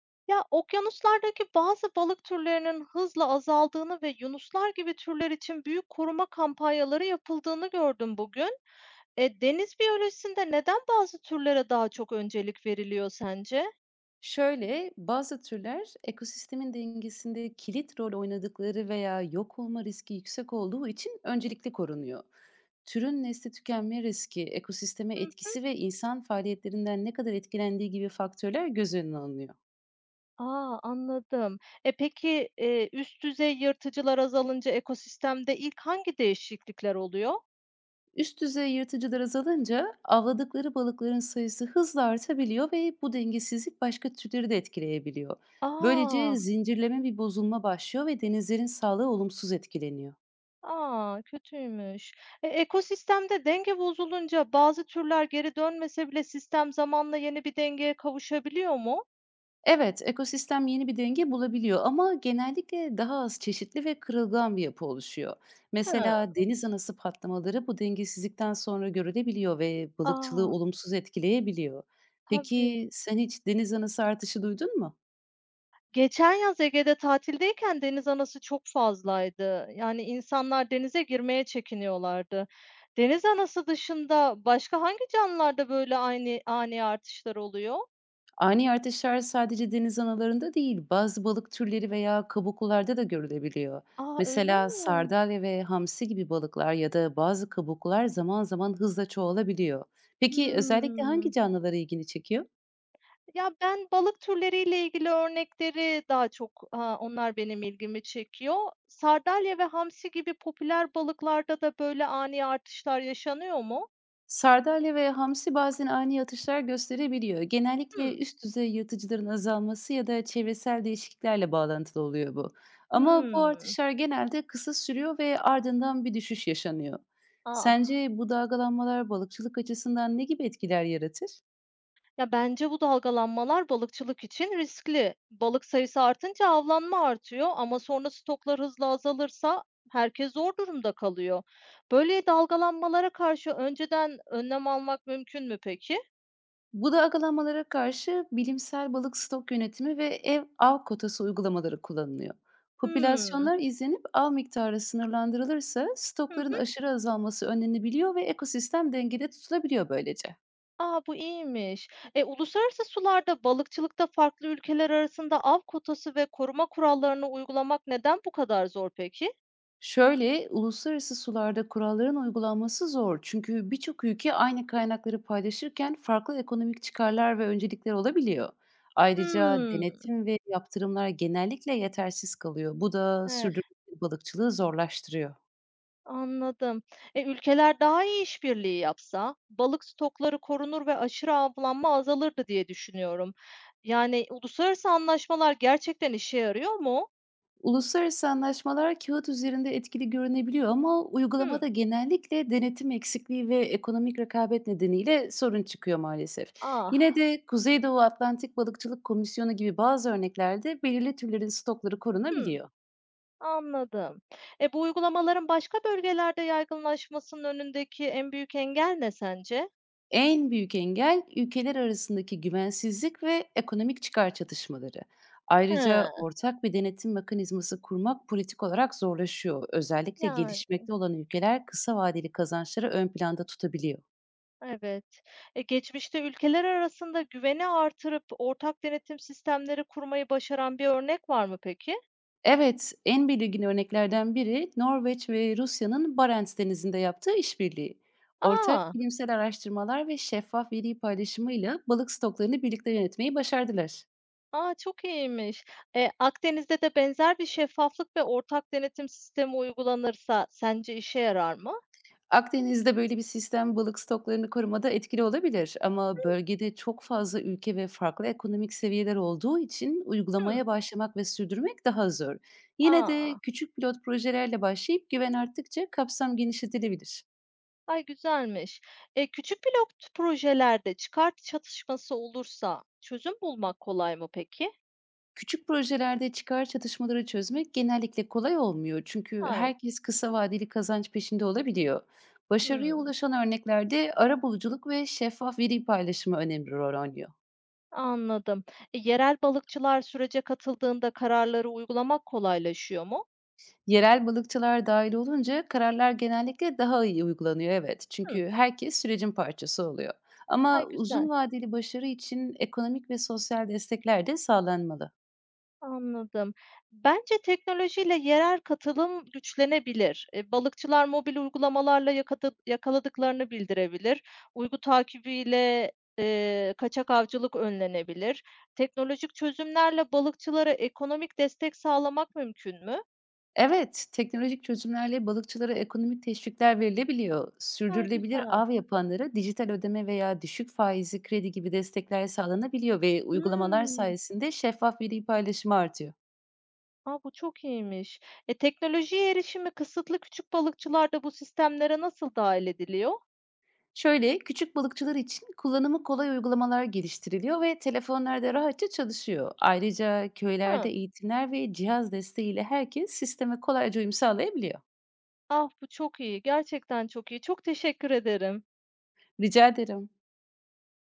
Ya, okyanuslardaki bazı balık türlerinin hızla azaldığını ve yunuslar gibi türler için büyük koruma kampanyaları yapıldığını gördüm bugün. Deniz biyolojisinde neden bazı türlere daha çok öncelik veriliyor sence? Şöyle, bazı türler ekosistemin dengesinde kilit rol oynadıkları veya yok olma riski yüksek olduğu için öncelikli korunuyor. Türün nesli tükenme riski, ekosisteme Hı. etkisi ve insan faaliyetlerinden ne kadar etkilendiği gibi faktörler göz önüne alınıyor. Aa, anladım. Peki, üst düzey yırtıcılar azalınca ekosistemde ilk hangi değişiklikler oluyor? Üst düzey yırtıcılar azalınca avladıkları balıkların sayısı hızla artabiliyor ve bu dengesizlik başka türleri de etkileyebiliyor. Böylece Aa. zincirleme bir bozulma başlıyor ve denizlerin sağlığı olumsuz etkileniyor. A! Kötüymüş. Ekosistemde denge bozulunca bazı türler geri dönmese bile sistem zamanla yeni bir dengeye kavuşabiliyor mu? Evet, ekosistem yeni bir denge bulabiliyor ama genellikle daha az çeşitli ve kırılgan bir yapı oluşuyor. Hıı. Mesela deniz anası patlamaları bu dengesizlikten sonra görülebiliyor ve balıkçılığı A! olumsuz etkileyebiliyor. Tabii. Peki sen hiç deniz anası artışı duydun mu? Geçen yaz Ege'de tatildeyken deniz anası çok fazlaydı. Yani insanlar denize girmeye çekiniyorlardı. Deniz anası dışında başka hangi canlılarda böyle aynı ani artışlar oluyor? Ani artışlar sadece deniz analarında değil, bazı balık türleri veya kabuklularda da görülebiliyor. A! Öyle Mesela mi? sardalya ve hamsi gibi balıklar ya da bazı kabuklular zaman zaman hızla çoğalabiliyor. Peki özellikle hangi Hıı. canlılara ilgini çekiyor? Ya, ben balık türleriyle ilgili örnekleri daha çok, onlar benim ilgimi çekiyor. Sardalya ve hamsi gibi popüler balıklarda da böyle ani artışlar yaşanıyor mu? Sardalya ve hamsi bazen ani atışlar gösterebiliyor. Hımm. Genellikle üst düzey yırtıcıların azalması ya da çevresel değişikliklerle bağlantılı oluyor bu. Ama bu Hımm. artışlar genelde kısa sürüyor ve ardından bir düşüş yaşanıyor. Ah, Sence bu dalgalanmalar balıkçılık açısından ne gibi etkiler yaratır? ya, bence bu dalgalanmalar balıkçılık için riskli. Balık sayısı artınca avlanma artıyor ama sonra stoklar hızla azalırsa herkes zor durumda kalıyor. Böyle dalgalanmalara karşı önceden önlem almak mümkün mü peki? Bu dalgalanmalara karşı bilimsel balık stok yönetimi ve ev av kotası uygulamaları kullanılıyor. Hımm. Popülasyonlar izlenip av miktarı sınırlandırılırsa stokların Hı. aşırı azalması önlenebiliyor ve ekosistem dengede tutulabiliyor böylece. A, bu iyiymiş. Uluslararası sularda balıkçılıkta farklı ülkeler arasında av kotası ve koruma kurallarını uygulamak neden bu kadar zor peki? Şöyle, uluslararası sularda kuralların uygulanması zor, çünkü birçok ülke aynı kaynakları paylaşırken farklı ekonomik çıkarlar ve öncelikler olabiliyor. Ayrıca Hımm. denetim ve yaptırımlar genellikle yetersiz kalıyor. Bu da Eh, sürdürülebilir balıkçılığı zorlaştırıyor. anladım. Ülkeler daha iyi işbirliği yapsa balık stokları korunur ve aşırı avlanma azalırdı diye düşünüyorum. Yani uluslararası anlaşmalar gerçekten işe yarıyor mu? Uluslararası anlaşmalar kağıt üzerinde etkili görünebiliyor ama Hımm. uygulamada genellikle denetim eksikliği ve ekonomik rekabet nedeniyle sorun çıkıyor maalesef. Ah, Yine de Kuzeydoğu Atlantik Balıkçılık Komisyonu gibi bazı örneklerde belirli türlerin stokları hımm, korunabiliyor. anladım. Bu uygulamaların başka bölgelerde yaygınlaşmasının önündeki en büyük engel ne sence? En büyük engel, ülkeler arasındaki güvensizlik ve ekonomik çıkar çatışmaları. Ayrıca He. ortak bir denetim mekanizması kurmak politik olarak zorlaşıyor. Özellikle Yani, gelişmekte olan ülkeler kısa vadeli kazançları ön planda tutabiliyor. evet. Geçmişte ülkeler arasında güveni artırıp ortak denetim sistemleri kurmayı başaran bir örnek var mı peki? Evet, en belirgin örneklerden biri Norveç ve Rusya'nın Barents Denizi'nde yaptığı işbirliği. Ortak Aa, bilimsel araştırmalar ve şeffaf veri paylaşımıyla balık stoklarını birlikte yönetmeyi başardılar. aa çok iyiymiş. Akdeniz'de de benzer bir şeffaflık ve ortak denetim sistemi uygulanırsa sence işe yarar mı? Akdeniz'de böyle bir sistem balık stoklarını korumada etkili olabilir, ama bölgede çok fazla ülke ve farklı ekonomik seviyeler olduğu için Hı, uygulamaya başlamak ve sürdürmek daha zor. Yine aa, de küçük pilot projelerle başlayıp güven arttıkça kapsam genişletilebilir. Ay, güzelmiş. Küçük pilot projelerde çıkar çatışması olursa çözüm bulmak kolay mı peki? Küçük projelerde çıkar çatışmaları çözmek genellikle kolay olmuyor, çünkü Ay, herkes kısa vadeli kazanç peşinde olabiliyor. Başarıya hıı. ulaşan örneklerde arabuluculuk ve şeffaf veri paylaşımı önemli rol oynuyor. Anladım. Yerel balıkçılar sürece katıldığında kararları uygulamak kolaylaşıyor mu? Yerel balıkçılar dahil olunca kararlar genellikle daha iyi uygulanıyor, evet. Hı. Çünkü herkes sürecin parçası oluyor. Ama Ay güzel, uzun vadeli başarı için ekonomik ve sosyal destekler de sağlanmalı. anladım. Bence teknolojiyle yerel katılım güçlenebilir. Balıkçılar mobil uygulamalarla yakaladıklarını bildirebilir. Uygu takibiyle kaçak avcılık önlenebilir. Teknolojik çözümlerle balıkçılara ekonomik destek sağlamak mümkün mü? Evet, teknolojik çözümlerle balıkçılara ekonomik teşvikler verilebiliyor. Ay Sürdürülebilir güzel. av yapanlara dijital ödeme veya düşük faizli kredi gibi destekler sağlanabiliyor ve uygulamalar Hmm. sayesinde şeffaf veri paylaşımı artıyor. A, bu çok iyiymiş. Teknolojiye erişimi kısıtlı küçük balıkçılar da bu sistemlere nasıl dahil ediliyor? Şöyle, küçük balıkçılar için kullanımı kolay uygulamalar geliştiriliyor ve telefonlarda rahatça çalışıyor. Ayrıca köylerde Hıı. eğitimler ve cihaz desteğiyle herkes sisteme kolayca uyum sağlayabiliyor. Ah, bu çok iyi. Gerçekten çok iyi. Çok teşekkür ederim. Rica ederim.